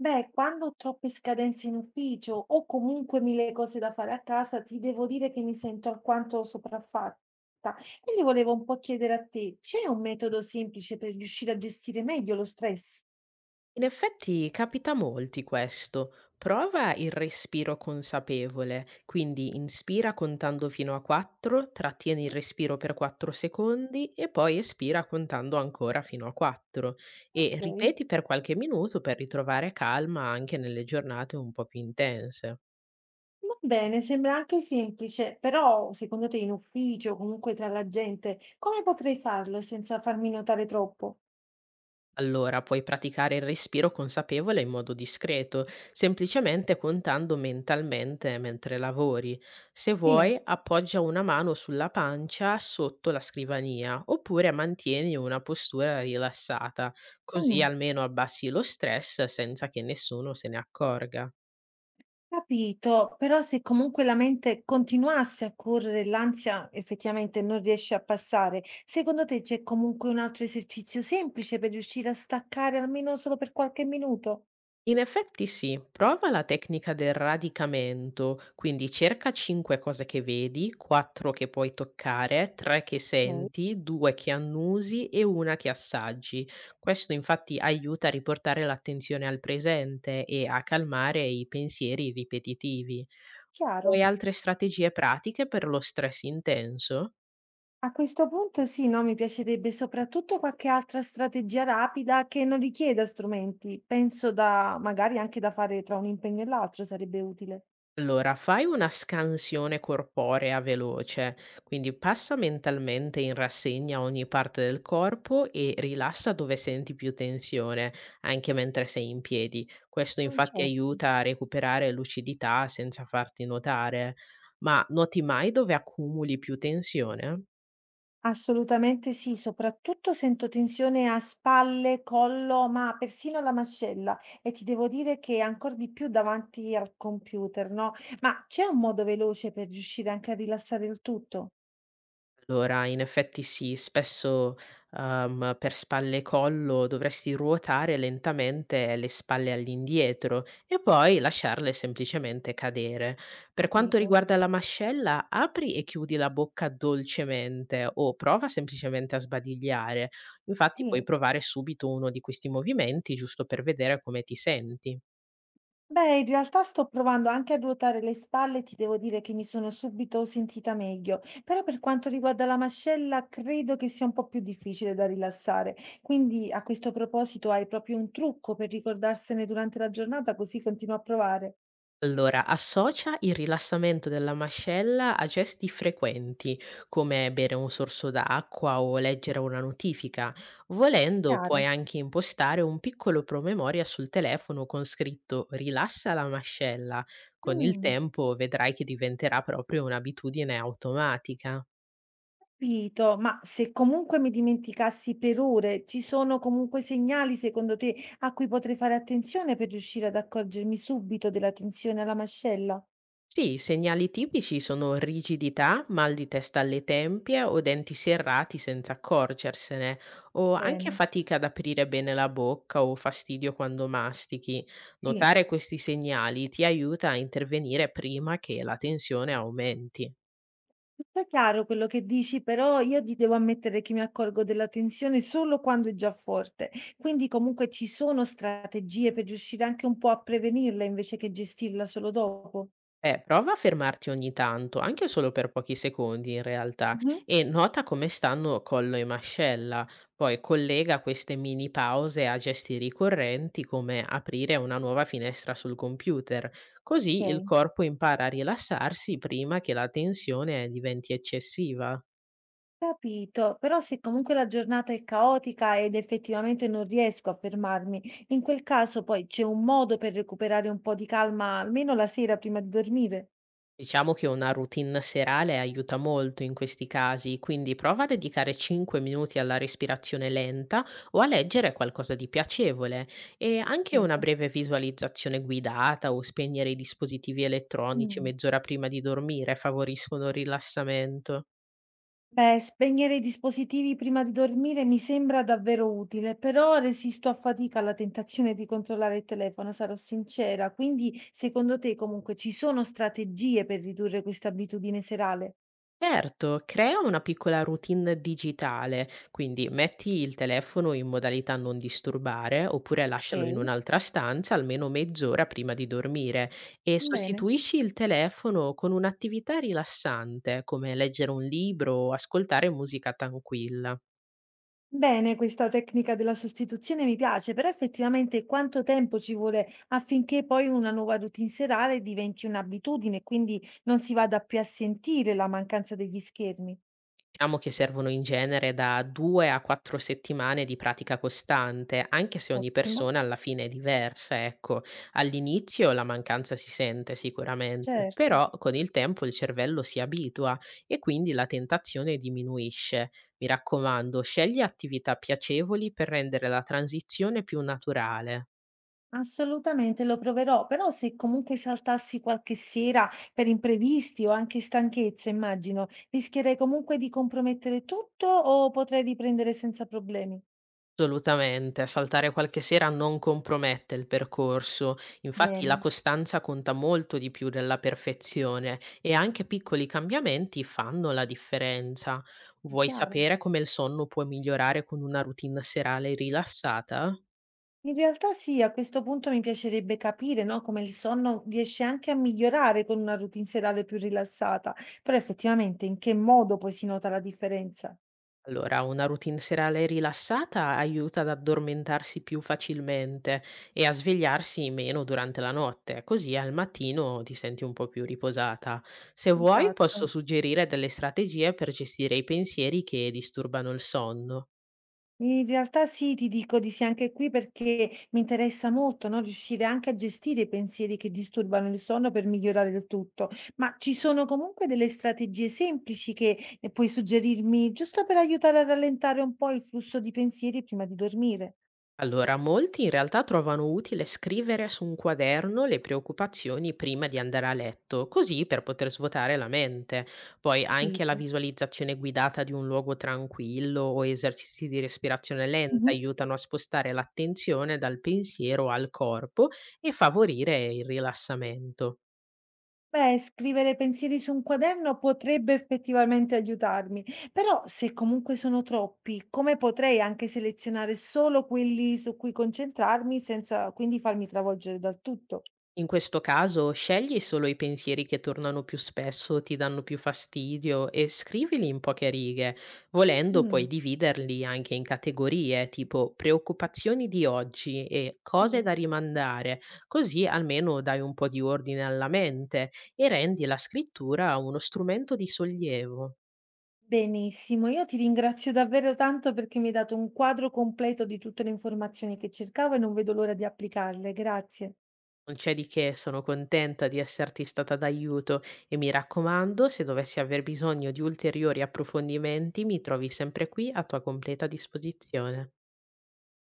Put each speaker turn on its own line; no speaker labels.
Beh, quando ho troppe scadenze in ufficio o comunque mille cose da fare a casa, ti devo dire che mi sento alquanto sopraffatta. Quindi volevo un po' chiedere a te, c'è un metodo semplice per riuscire a gestire meglio lo stress?
In effetti capita a molti questo. Prova il respiro consapevole, quindi inspira contando fino a 4, trattieni il
Mm.
respiro per 4 secondi e poi espira contando ancora fino a 4 e
Ok,
ripeti per qualche minuto per ritrovare calma anche nelle giornate un po' più intense.
va bene, sembra anche semplice, però secondo te in ufficio o comunque tra la gente, come potrei farlo senza farmi notare troppo?
Allora, puoi praticare il respiro consapevole in modo discreto, semplicemente contando mentalmente mentre lavori. Se
Sì.
vuoi, appoggia una mano sulla pancia sotto la scrivania, oppure mantieni una postura rilassata, così
Mm.
almeno abbassi lo stress senza che nessuno se ne accorga.
Capito, però se comunque la mente continuasse a correre, l'ansia effettivamente non riesce a passare, secondo te c'è comunque un altro esercizio semplice per riuscire a staccare almeno solo per qualche minuto?
In effetti sì, prova la tecnica del radicamento, quindi cerca 5 cose che vedi, 4 che puoi toccare, 3 che
Ok.
senti, 2 che annusi e 1 che assaggi. Questo infatti aiuta a riportare l'attenzione al presente e a calmare i pensieri ripetitivi. Vuoi
Chiaro.
altre strategie pratiche per lo stress intenso?
A questo punto sì, no, mi piacerebbe soprattutto qualche altra strategia rapida che non richieda strumenti. Penso da magari anche da fare tra un impegno e l'altro sarebbe utile.
Allora, fai una scansione corporea veloce, quindi passa mentalmente in rassegna ogni parte del corpo e rilassa dove senti più tensione, anche mentre sei in piedi. Questo
Non
infatti
certo.
aiuta a recuperare lucidità senza farti notare. Ma noti mai dove accumuli più tensione?
Assolutamente sì, soprattutto sento tensione a spalle, collo, ma persino alla mascella e ti devo dire che ancor di più davanti al computer, no, ma c'è un modo veloce per riuscire anche a rilassare il tutto?
Allora, in effetti sì, spesso, per spalle e collo dovresti ruotare lentamente le spalle all'indietro e poi lasciarle semplicemente cadere. Per quanto
Capito,
riguarda la mascella, apri e chiudi la bocca dolcemente o prova semplicemente a sbadigliare. Infatti puoi
sì.
provare subito uno di questi movimenti giusto per vedere come ti senti.
Beh, in realtà sto provando anche a ruotare le spalle e ti devo dire che mi sono subito sentita meglio, però per quanto riguarda la mascella credo che sia un po' più difficile da rilassare. Quindi a questo proposito hai proprio un trucco per ricordarsene durante la giornata, così continuo a provare.
Allora, associa il rilassamento della mascella a gesti frequenti, come bere un sorso d'acqua o leggere una notifica. Volendo, puoi
Chiaro.
anche impostare un piccolo promemoria sul telefono con scritto Rilassa la mascella. Con il
Mm,
tempo vedrai che diventerà proprio un'abitudine automatica.
capito, ma se comunque mi dimenticassi per ore, ci sono comunque segnali secondo te a cui potrei fare attenzione per riuscire ad accorgermi subito della tensione alla mascella?
Sì, i segnali tipici sono rigidità, mal di testa alle tempie o denti serrati senza accorgersene, o anche
Bene.
fatica ad aprire bene la bocca o fastidio quando mastichi.
Sì.
Notare questi segnali ti aiuta a intervenire prima che la tensione aumenti.
Tutto è chiaro quello che dici, però io ti devo ammettere che mi accorgo della tensione solo quando è già forte. Quindi comunque ci sono strategie per riuscire anche un po' a prevenirla invece che gestirla solo dopo.
Beh, prova a fermarti ogni tanto, anche solo per pochi secondi in realtà,
Mhm.
e nota come stanno collo e mascella. Poi collega queste mini pause a gesti ricorrenti come aprire una nuova finestra sul computer. Così il
Ok,
corpo impara a rilassarsi prima che la tensione diventi eccessiva.
capito. Però se comunque la giornata è caotica ed effettivamente non riesco a fermarmi, in quel caso poi c'è un modo per recuperare un po' di calma, almeno la sera prima di dormire.
Diciamo che una routine serale aiuta molto in questi casi, quindi prova a dedicare 5 minuti alla respirazione lenta o a leggere qualcosa di piacevole e anche una
Capito?
breve visualizzazione guidata o spegnere i dispositivi elettronici
Mm.
mezz'ora prima di dormire favoriscono il rilassamento.
Beh, spegnere i dispositivi prima di dormire mi sembra davvero utile, però resisto a fatica alla tentazione di controllare il telefono, sarò sincera. Quindi, secondo te, comunque, ci sono strategie per ridurre questa abitudine serale?
Certo, crea una piccola routine digitale, quindi metti il telefono in modalità non disturbare oppure lascialo in
Ok,
un'altra stanza almeno mezz'ora prima di dormire e
bene.
sostituisci il telefono con un'attività rilassante come leggere un libro o ascoltare musica tranquilla.
Bene, questa tecnica della sostituzione mi piace, però effettivamente quanto tempo ci vuole affinché poi una nuova routine serale diventi un'abitudine, quindi non si vada più a sentire la mancanza degli schermi?
Diciamo che servono in genere da 2 a 4 settimane di pratica costante, anche se ogni
Ottimo,
persona alla fine è diversa, ecco. All'inizio la mancanza si sente sicuramente,
certo.
però con il tempo il cervello si abitua e quindi la tentazione diminuisce. Mi raccomando, scegli attività piacevoli per rendere la transizione più naturale.
Assolutamente lo proverò, però se comunque saltassi qualche sera per imprevisti o anche stanchezza, immagino, rischierei comunque di compromettere tutto o potrei riprendere senza problemi?
Assolutamente, saltare qualche sera non compromette il percorso. Infatti la
Bene,
costanza conta molto di più della perfezione e anche piccoli cambiamenti fanno la differenza. Vuoi
chiaro.
sapere come il sonno può migliorare con una routine serale rilassata?
In realtà sì, a questo punto mi piacerebbe capire, no, come il sonno riesce anche a migliorare con una routine serale più rilassata, però effettivamente in che modo poi si nota la differenza?
Allora, una routine serale rilassata aiuta ad addormentarsi più facilmente e a svegliarsi meno durante la notte, così al mattino ti senti un po' più riposata. Se vuoi, posso
Esatto.
suggerire delle strategie per gestire i pensieri che disturbano il sonno.
In realtà sì, ti dico di sì anche qui perché mi interessa molto, no, riuscire anche a gestire i pensieri che disturbano il sonno per migliorare il tutto. Ma ci sono comunque delle strategie semplici che puoi suggerirmi giusto per aiutare a rallentare un po' il flusso di pensieri prima di dormire?
Allora, molti in realtà trovano utile scrivere su un quaderno le preoccupazioni prima di andare a letto, così per poter svuotare la mente. Poi anche la
Capito?
visualizzazione guidata di un luogo tranquillo o esercizi di respirazione lenta aiutano a spostare l'attenzione dal pensiero al corpo e favorire il rilassamento.
Beh, scrivere pensieri su un quaderno potrebbe effettivamente aiutarmi, però se comunque sono troppi, come potrei anche selezionare solo quelli su cui concentrarmi senza quindi farmi travolgere dal tutto?
In questo caso, scegli solo i pensieri che tornano più spesso o ti danno più fastidio e scrivili in poche righe. Volendo, puoi
Mm,
dividerli anche in categorie, tipo preoccupazioni di oggi e cose
mm.
da rimandare, così almeno dai un po' di ordine alla mente e rendi la scrittura uno strumento di sollievo.
Benissimo, io ti ringrazio davvero tanto perché mi hai dato un quadro completo di tutte le informazioni che cercavo e non vedo l'ora di applicarle. Grazie.
Non c'è di che, sono contenta di esserti stata d'aiuto e mi raccomando, se dovessi aver bisogno di ulteriori approfondimenti, mi trovi sempre qui a tua completa disposizione.